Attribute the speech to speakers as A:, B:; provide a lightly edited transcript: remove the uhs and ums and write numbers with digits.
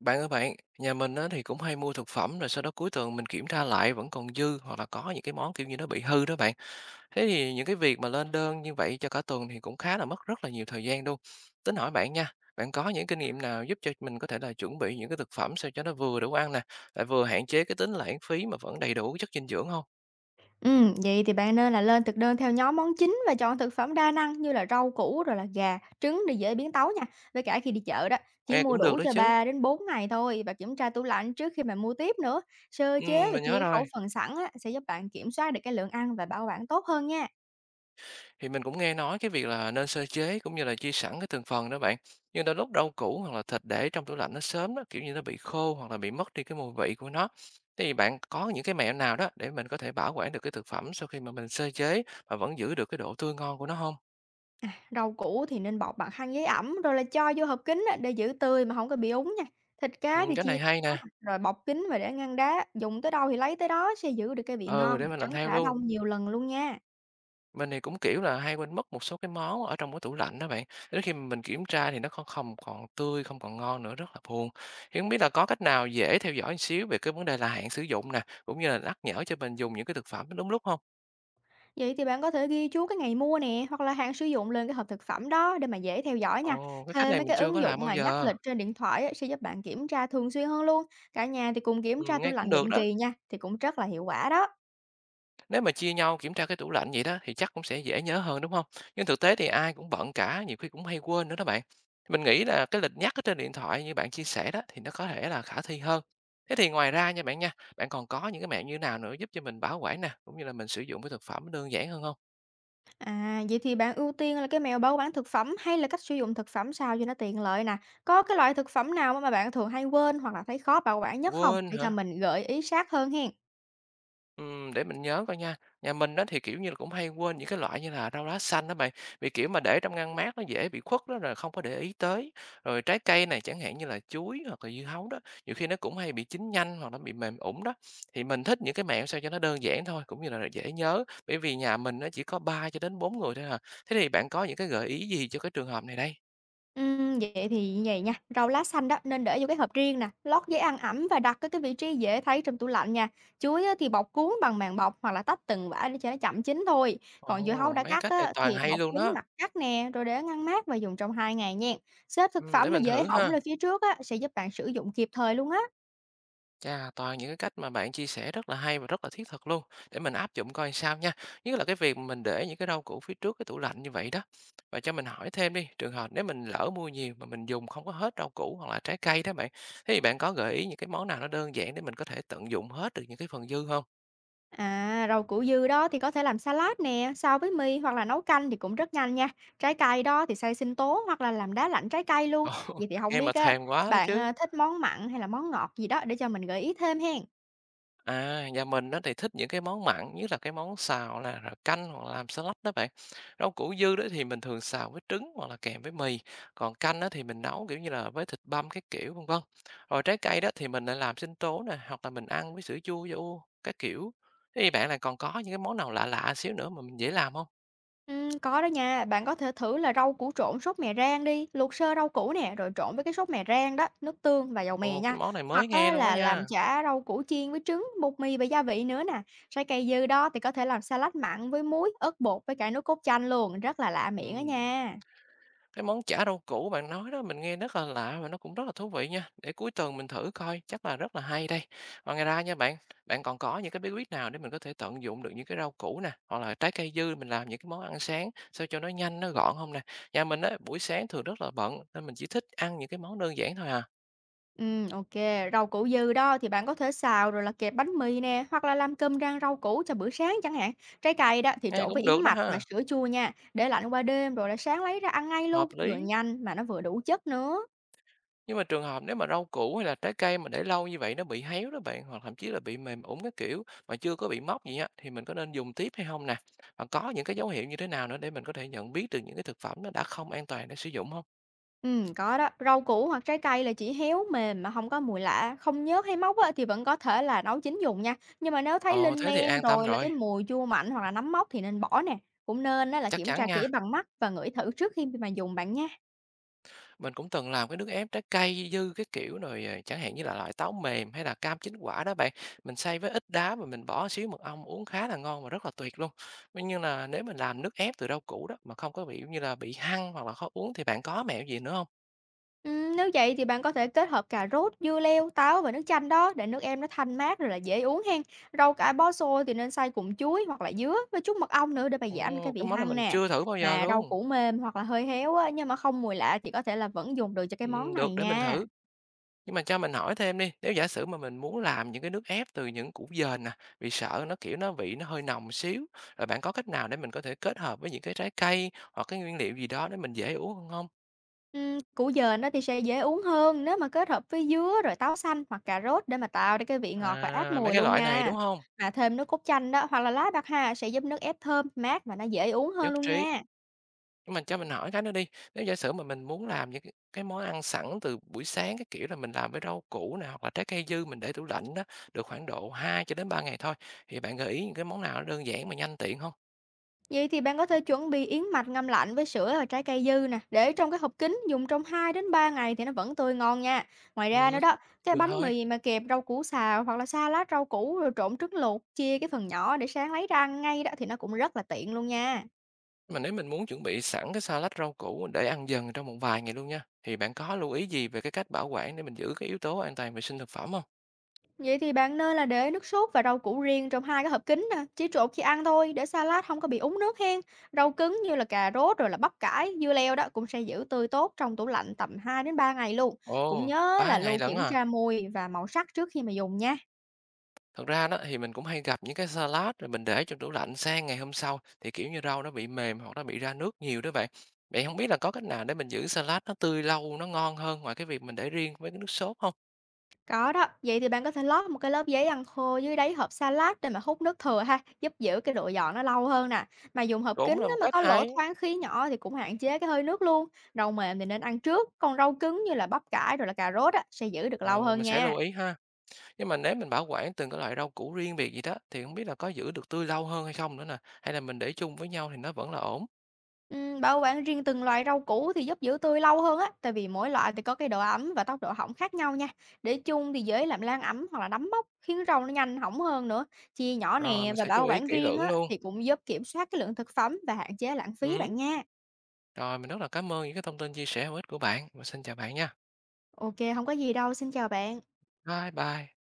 A: Bạn ơi bạn, nhà mình á, thì cũng hay mua thực phẩm rồi sau đó cuối tuần mình kiểm tra lại vẫn còn dư hoặc là có những cái món kiểu như nó bị hư đó bạn. Thế thì những cái việc mà lên đơn như vậy cho cả tuần thì cũng khá là mất rất là nhiều thời gian luôn. Tính hỏi bạn nha, bạn có những kinh nghiệm nào giúp cho mình có thể là chuẩn bị những cái thực phẩm sao cho nó vừa đủ ăn nè, lại vừa hạn chế cái tính lãng phí mà vẫn đầy đủ chất dinh dưỡng không?
B: Vậy thì bạn nên là lên thực đơn theo nhóm món chính và chọn thực phẩm đa năng như là rau củ rồi là gà, trứng để dễ biến tấu nha. Với cả khi đi chợ đó, chỉ
A: Nghe
B: mua
A: cũng được
B: đủ
A: đó
B: cho
A: chứ.
B: 3 đến 4 ngày thôi và kiểm tra tủ lạnh trước khi mà mua tiếp nữa. Sơ
A: Ừ,
B: chế và
A: mình
B: chia
A: nhớ
B: cái khẩu
A: rồi.
B: phần sẵn á, sẽ giúp bạn kiểm soát được cái lượng ăn và bảo quản tốt hơn nha.
A: Thì mình cũng nghe nói cái việc là nên sơ chế cũng như là chia sẵn cái từng phần đó bạn. Nhưng đôi lúc rau củ hoặc là thịt để trong tủ lạnh nó sớm đó, kiểu như nó bị khô hoặc là bị mất đi cái mùi vị của nó. Thì bạn có những cái mẹo nào đó để mình có thể bảo quản được cái thực phẩm sau khi mà mình sơ chế mà vẫn giữ được cái độ tươi ngon của nó không?
B: Rau củ thì nên bọc bằng khăn giấy ẩm rồi là cho vô hộp kín á, để giữ tươi mà không có bị úng nha. Thịt
A: Ừ,
B: cá thì
A: cái
B: chia
A: này hay
B: nhỏ
A: nè.
B: nè, rồi bọc kín và để ngăn đá, dùng tới đâu thì lấy tới đó sẽ giữ được cái vị
A: Ừ,
B: ngon,
A: để mình làm
B: tránh
A: theo
B: rã
A: luôn.
B: đông nhiều lần luôn nha.
A: Mình thì cũng, kiểu là, hay quên mất một số cái món ở trong cái tủ lạnh đó bạn, đến khi mà mình kiểm tra thì nó không không còn tươi, không còn ngon nữa, rất là buồn. Thì hông biết là có cách nào dễ theo dõi một xíu về cái vấn đề là hạn sử dụng nè, cũng như là nhắc nhở cho mình dùng những cái thực phẩm đúng lúc không?
B: Vậy thì bạn có thể ghi chú cái ngày mua nè, hoặc là hạn sử dụng lên cái hộp thực phẩm đó để mà dễ theo dõi nha.
A: Ồ, cái cách
B: Thêm
A: này
B: mấy
A: mình
B: cái
A: chưa
B: ứng
A: có làm
B: dụng
A: bao
B: mà nhắc
A: giờ.
B: lịch trên điện thoại á, sẽ giúp bạn kiểm tra thường xuyên hơn luôn. Cả nhà thì cùng kiểm tra tủ
A: Nghe cũng
B: lạnh
A: được
B: định
A: đó.
B: kỳ nha, thì cũng rất là hiệu quả đó.
A: Nếu mà chia nhau kiểm tra cái tủ lạnh vậy đó thì chắc cũng sẽ dễ nhớ hơn đúng không? Nhưng thực tế thì ai cũng bận cả, nhiều khi cũng hay quên nữa đó bạn. Mình nghĩ là cái lịch nhắc ở trên điện thoại như bạn chia sẻ đó thì nó có thể là khả thi hơn. Thế thì ngoài ra nha, bạn còn có những cái mẹo như nào nữa giúp cho mình bảo quản nè, cũng như là mình sử dụng cái thực phẩm nó đơn giản hơn không?
B: À, vậy thì bạn ưu tiên là cái mẹo bảo quản thực phẩm hay là cách sử dụng thực phẩm sao cho nó tiện lợi nè. Có cái loại thực phẩm nào mà bạn thường hay quên hoặc là thấy khó bảo quản nhất không?
A: Quên
B: Để cho
A: hả?
B: mình gợi ý sát hơn hen.
A: Để mình nhớ coi nha. Nhà mình đó thì, kiểu như là, cũng hay quên những cái loại như là rau lá xanh đó bạn, vì, kiểu, mà để trong ngăn mát nó dễ bị khuất đó, rồi không có để ý tới. Rồi trái cây này chẳng hạn như là chuối hoặc là dưa hấu đó, nhiều khi nó cũng hay bị chín nhanh hoặc nó bị mềm ủng đó. Thì mình thích những cái mẹo sao cho nó đơn giản thôi, cũng như là dễ nhớ, bởi vì nhà mình nó chỉ có 3 cho đến 4 người thôi à. Thế thì bạn có những cái gợi ý gì cho cái trường hợp này đây?
B: Vậy thì như vậy nha, rau lá xanh đó nên để vô cái hộp riêng nè, lót giấy ăn ẩm và đặt ở cái vị trí dễ thấy trong tủ lạnh nha. Chuối á thì bọc cuốn bằng màng bọc hoặc là tách từng vả để cho nó chậm chín thôi. Còn dưa hấu
A: Ồ,
B: đã
A: mấy
B: cắt
A: cách này
B: á
A: toàn
B: thì
A: hay
B: bọc
A: luôn
B: kín
A: đó.
B: mặt cắt nè, rồi để ngăn mát và dùng trong 2 ngày nghen. Xếp thực
A: Để
B: phẩm mà
A: mình
B: dễ
A: thử
B: hỏng
A: ha.
B: lên phía trước á, sẽ giúp bạn sử dụng kịp thời luôn á.
A: Chà, toàn những cái cách mà bạn chia sẻ rất là hay và rất là thiết thực luôn để mình áp dụng coi sao nha. Nhất là cái việc mình để những cái rau củ phía trước cái tủ lạnh như vậy đó. Và cho mình hỏi thêm đi, trường hợp nếu mình lỡ mua nhiều mà mình dùng không có hết rau củ hoặc là trái cây đó bạn, thế thì bạn có gợi ý những cái món nào nó đơn giản để mình có thể tận dụng hết được những cái phần dư không?
B: À, rau củ dư đó thì có thể làm salad nè, xào với mì hoặc là nấu canh thì cũng rất nhanh nha. Trái cây đó thì xay sinh tố hoặc là làm đá lạnh trái cây luôn.
A: Ồ,
B: Vậy thì không
A: nghe mà
B: biết á,
A: thèm quá đó
B: bạn
A: chứ.
B: à, thích món mặn hay là món ngọt gì đó để cho mình gợi ý thêm hen.
A: À, nhà mình nó thì thích những cái món mặn, nhất là cái món xào là rồi canh hoặc là làm salad đó bạn. Rau củ dư đó thì mình thường xào với trứng hoặc là kèm với mì. Còn canh đó thì mình nấu kiểu như là với thịt băm cái kiểu vân vân. Rồi trái cây đó thì mình lại làm sinh tố nè, hoặc là mình ăn với sữa chua vô cái kiểu. Thế thì bạn là còn có những cái món nào lạ lạ xíu nữa mà mình dễ làm không?
B: Ừ, có đó nha, bạn có thể thử là rau củ trộn sốt mè rang đi, luộc sơ rau củ nè, rồi trộn với cái sốt mè rang đó, nước tương và dầu mè
A: Ồ, cái
B: nha.
A: món này
B: Hoặc
A: mới nghe
B: á,
A: luôn đó
B: là làm
A: nha.
B: chả rau củ chiên với trứng, bột mì và gia vị nữa nè. Trái cây dư đó thì có thể làm salad mặn với muối, ớt bột với cả nước cốt chanh luôn, rất là lạ miệng đó
A: Ừ.
B: nha.
A: Cái món chả rau củ bạn nói đó mình nghe rất là lạ và nó cũng rất là thú vị nha. Để cuối tuần mình thử coi, chắc là rất là hay đây. Và ngoài ra nha bạn, bạn còn có những cái bí quyết nào để mình có thể tận dụng được những cái rau củ nè, hoặc là trái cây dư mình làm những cái món ăn sáng sao cho nó nhanh, nó gọn không nè? Nhà mình á, buổi sáng thường rất là bận nên mình chỉ thích ăn những cái món đơn giản thôi à.
B: Ok. Rau củ dư đó thì bạn có thể xào rồi là kẹp bánh mì nè, hoặc là làm cơm rang rau củ cho bữa sáng chẳng hạn. Trái cây đó thì
A: Nghe
B: trộn với
A: cũng
B: yến
A: được đó
B: mạch và
A: ha,
B: sữa chua nha, để lạnh qua đêm rồi là sáng lấy ra ăn ngay
A: hợp
B: luôn, vừa
A: lý.
B: nhanh mà nó vừa đủ chất nữa.
A: Nhưng mà trường hợp nếu mà rau củ hay là trái cây mà để lâu như vậy nó bị héo đó bạn, hoặc thậm chí là bị mềm ủng cái kiểu mà chưa có bị mốc gì á, thì mình có nên dùng tiếp hay không nè? Và có những cái dấu hiệu như thế nào nữa để mình có thể nhận biết được những cái thực phẩm nó đã không an toàn để sử dụng không?
B: Có đó, rau củ hoặc trái cây là chỉ héo mềm mà không có mùi lạ, không nhớt hay mốc á thì vẫn có thể là nấu chín dùng nha. Nhưng mà nếu thấy
A: Ồ,
B: lên
A: thế thì
B: men
A: an tâm
B: rồi là cái
A: rồi,
B: mùi chua mạnh hoặc là nấm mốc thì nên bỏ nè. Cũng nên á là
A: chắc
B: kiểm
A: chắn
B: tra kỹ
A: nha.
B: bằng mắt và ngửi thử trước khi mà dùng bạn nha.
A: Mình cũng từng làm cái nước ép trái cây dư cái kiểu rồi, à, chẳng hạn như là loại táo mềm hay là cam chín quả đó bạn. Mình xay với ít đá và mình bỏ xíu mật ong uống khá là ngon và rất là tuyệt luôn. Tuy nhiên là nếu mình làm nước ép từ rau củ đó mà không có bị như là bị hăng hoặc là khó uống thì bạn có mẹo gì nữa không?
B: Nếu vậy thì bạn có thể kết hợp cà rốt, dưa leo, táo và nước chanh đó để nước em nó thanh mát rồi là dễ uống hen. Rau cải bó xôi thì nên xay cùng chuối hoặc là dứa với chút mật ong nữa để mà giảm cái
A: Ồ,
B: vị
A: cái món này
B: hăng
A: mình
B: nè.
A: chưa thử bao giờ
B: Mà rau
A: luôn.
B: củ mềm hoặc là hơi héo á, nhưng mà không mùi lạ thì có thể là vẫn dùng được cho cái món
A: Được
B: này
A: để mình
B: nha.
A: thử. Nhưng mà cho mình hỏi thêm đi, nếu giả sử mà mình muốn làm những cái nước ép từ những củ dền nè, vì sợ nó, kiểu, nó vị nó hơi nồng xíu, rồi bạn có cách nào để mình có thể kết hợp với những cái trái cây hoặc cái nguyên liệu gì đó để mình dễ uống hơn hông?
B: Củ dền đó thì sẽ dễ uống hơn nếu mà kết hợp với dứa rồi táo xanh hoặc cà rốt để mà tạo ra cái vị ngọt và át
A: À, mấy
B: mùi
A: cái
B: luôn
A: loại này,
B: nha.
A: đúng không?
B: Mà thêm nước cốt chanh đó hoặc là lá bạc hà sẽ giúp nước ép thơm, mát và nó dễ uống hơn
A: Nhất
B: luôn
A: trí.
B: nha.
A: Nhưng mà cho mình hỏi cái nữa đi, nếu giả sử mà mình muốn làm những cái món ăn sẵn từ buổi sáng, cái kiểu là mình làm với rau củ nè, hoặc là trái cây dư mình để tủ lạnh đó, được khoảng độ 2 cho đến 3 ngày thôi, thì bạn gợi ý những cái món nào nó đơn giản mà nhanh tiện không?
B: Vậy thì bạn có thể chuẩn bị yến mạch ngâm lạnh với sữa và trái cây dư nè, để trong cái hộp kính dùng trong 2 đến 3 ngày thì nó vẫn tươi ngon nha. Ngoài ra
A: Ừm,
B: nữa đó, cái
A: được
B: bánh
A: thôi.
B: mì mà kẹp rau củ xào hoặc là salad rau củ rồi trộn trứng luộc, chia cái phần nhỏ để sáng lấy ra ăn ngay đó thì nó cũng rất là tiện luôn nha.
A: Mà nếu mình muốn chuẩn bị sẵn cái salad rau củ để ăn dần trong một vài ngày luôn nha, thì bạn có lưu ý gì về cái cách bảo quản để mình giữ cái yếu tố an toàn vệ sinh thực phẩm không?
B: Vậy thì bạn nên là để nước sốt và rau củ riêng trong hai cái hộp kính nè, chỉ trộn khi ăn thôi để salad không có bị úng nước hen. Rau cứng như là cà rốt rồi là bắp cải, dưa leo đó cũng sẽ giữ tươi tốt trong tủ lạnh tầm 2 đến 3 ngày luôn. Cũng
A: Ồ,
B: nhớ
A: 3
B: là
A: ngày
B: luôn
A: lận
B: kiểm
A: à.
B: tra mùi và màu sắc trước khi mà dùng nha.
A: Thật ra đó thì mình cũng hay gặp những cái salad rồi mình để trong tủ lạnh sang ngày hôm sau thì kiểu như rau nó bị mềm hoặc nó bị ra nước nhiều đó bạn. Vậy không biết là có cách nào để mình giữ salad nó tươi lâu, nó ngon hơn ngoài cái việc mình để riêng với cái nước sốt không?
B: Có đó, vậy thì bạn có thể lót một cái lớp giấy ăn khô dưới đáy hộp salad để mà hút nước thừa ha, giúp giữ cái độ giòn nó lâu hơn nè. Mà dùng hộp kính
A: Cũng là
B: á,
A: một
B: mà
A: cách
B: có lỗ
A: hay.
B: thoáng khí nhỏ thì cũng hạn chế cái hơi nước luôn. Rau mềm thì nên ăn trước, còn rau cứng như là bắp cải rồi là cà rốt á, sẽ giữ được lâu
A: Ồ,
B: hơn
A: mình sẽ lưu
B: nha.
A: ý ha. Nhưng mà nếu mình bảo quản từng cái loại rau củ riêng biệt gì đó thì không biết là có giữ được tươi lâu hơn hay không nữa nè? Hay là mình để chung với nhau thì nó vẫn là ổn?
B: Bảo quản riêng từng loại rau củ thì giúp giữ tươi lâu hơn á, tại vì mỗi loại thì có cái độ ẩm và tốc độ hỏng khác nhau nha. Để chung thì dễ làm lan ẩm hoặc là nấm mốc, khiến rau nó nhanh hỏng hơn nữa. Chia nhỏ
A: Rồi
B: nè
A: mình
B: và
A: sẽ chú
B: bảo
A: ý
B: quản
A: kỹ
B: riêng
A: lưỡng
B: á
A: luôn.
B: thì cũng giúp kiểm soát cái lượng thực phẩm và hạn chế lãng phí
A: Ừm.
B: bạn nha.
A: Rồi, mình rất là cảm ơn những cái thông tin chia sẻ hữu ích của bạn. Và xin chào bạn nha.
B: Ok, không có gì đâu, xin chào bạn.
A: Bye bye.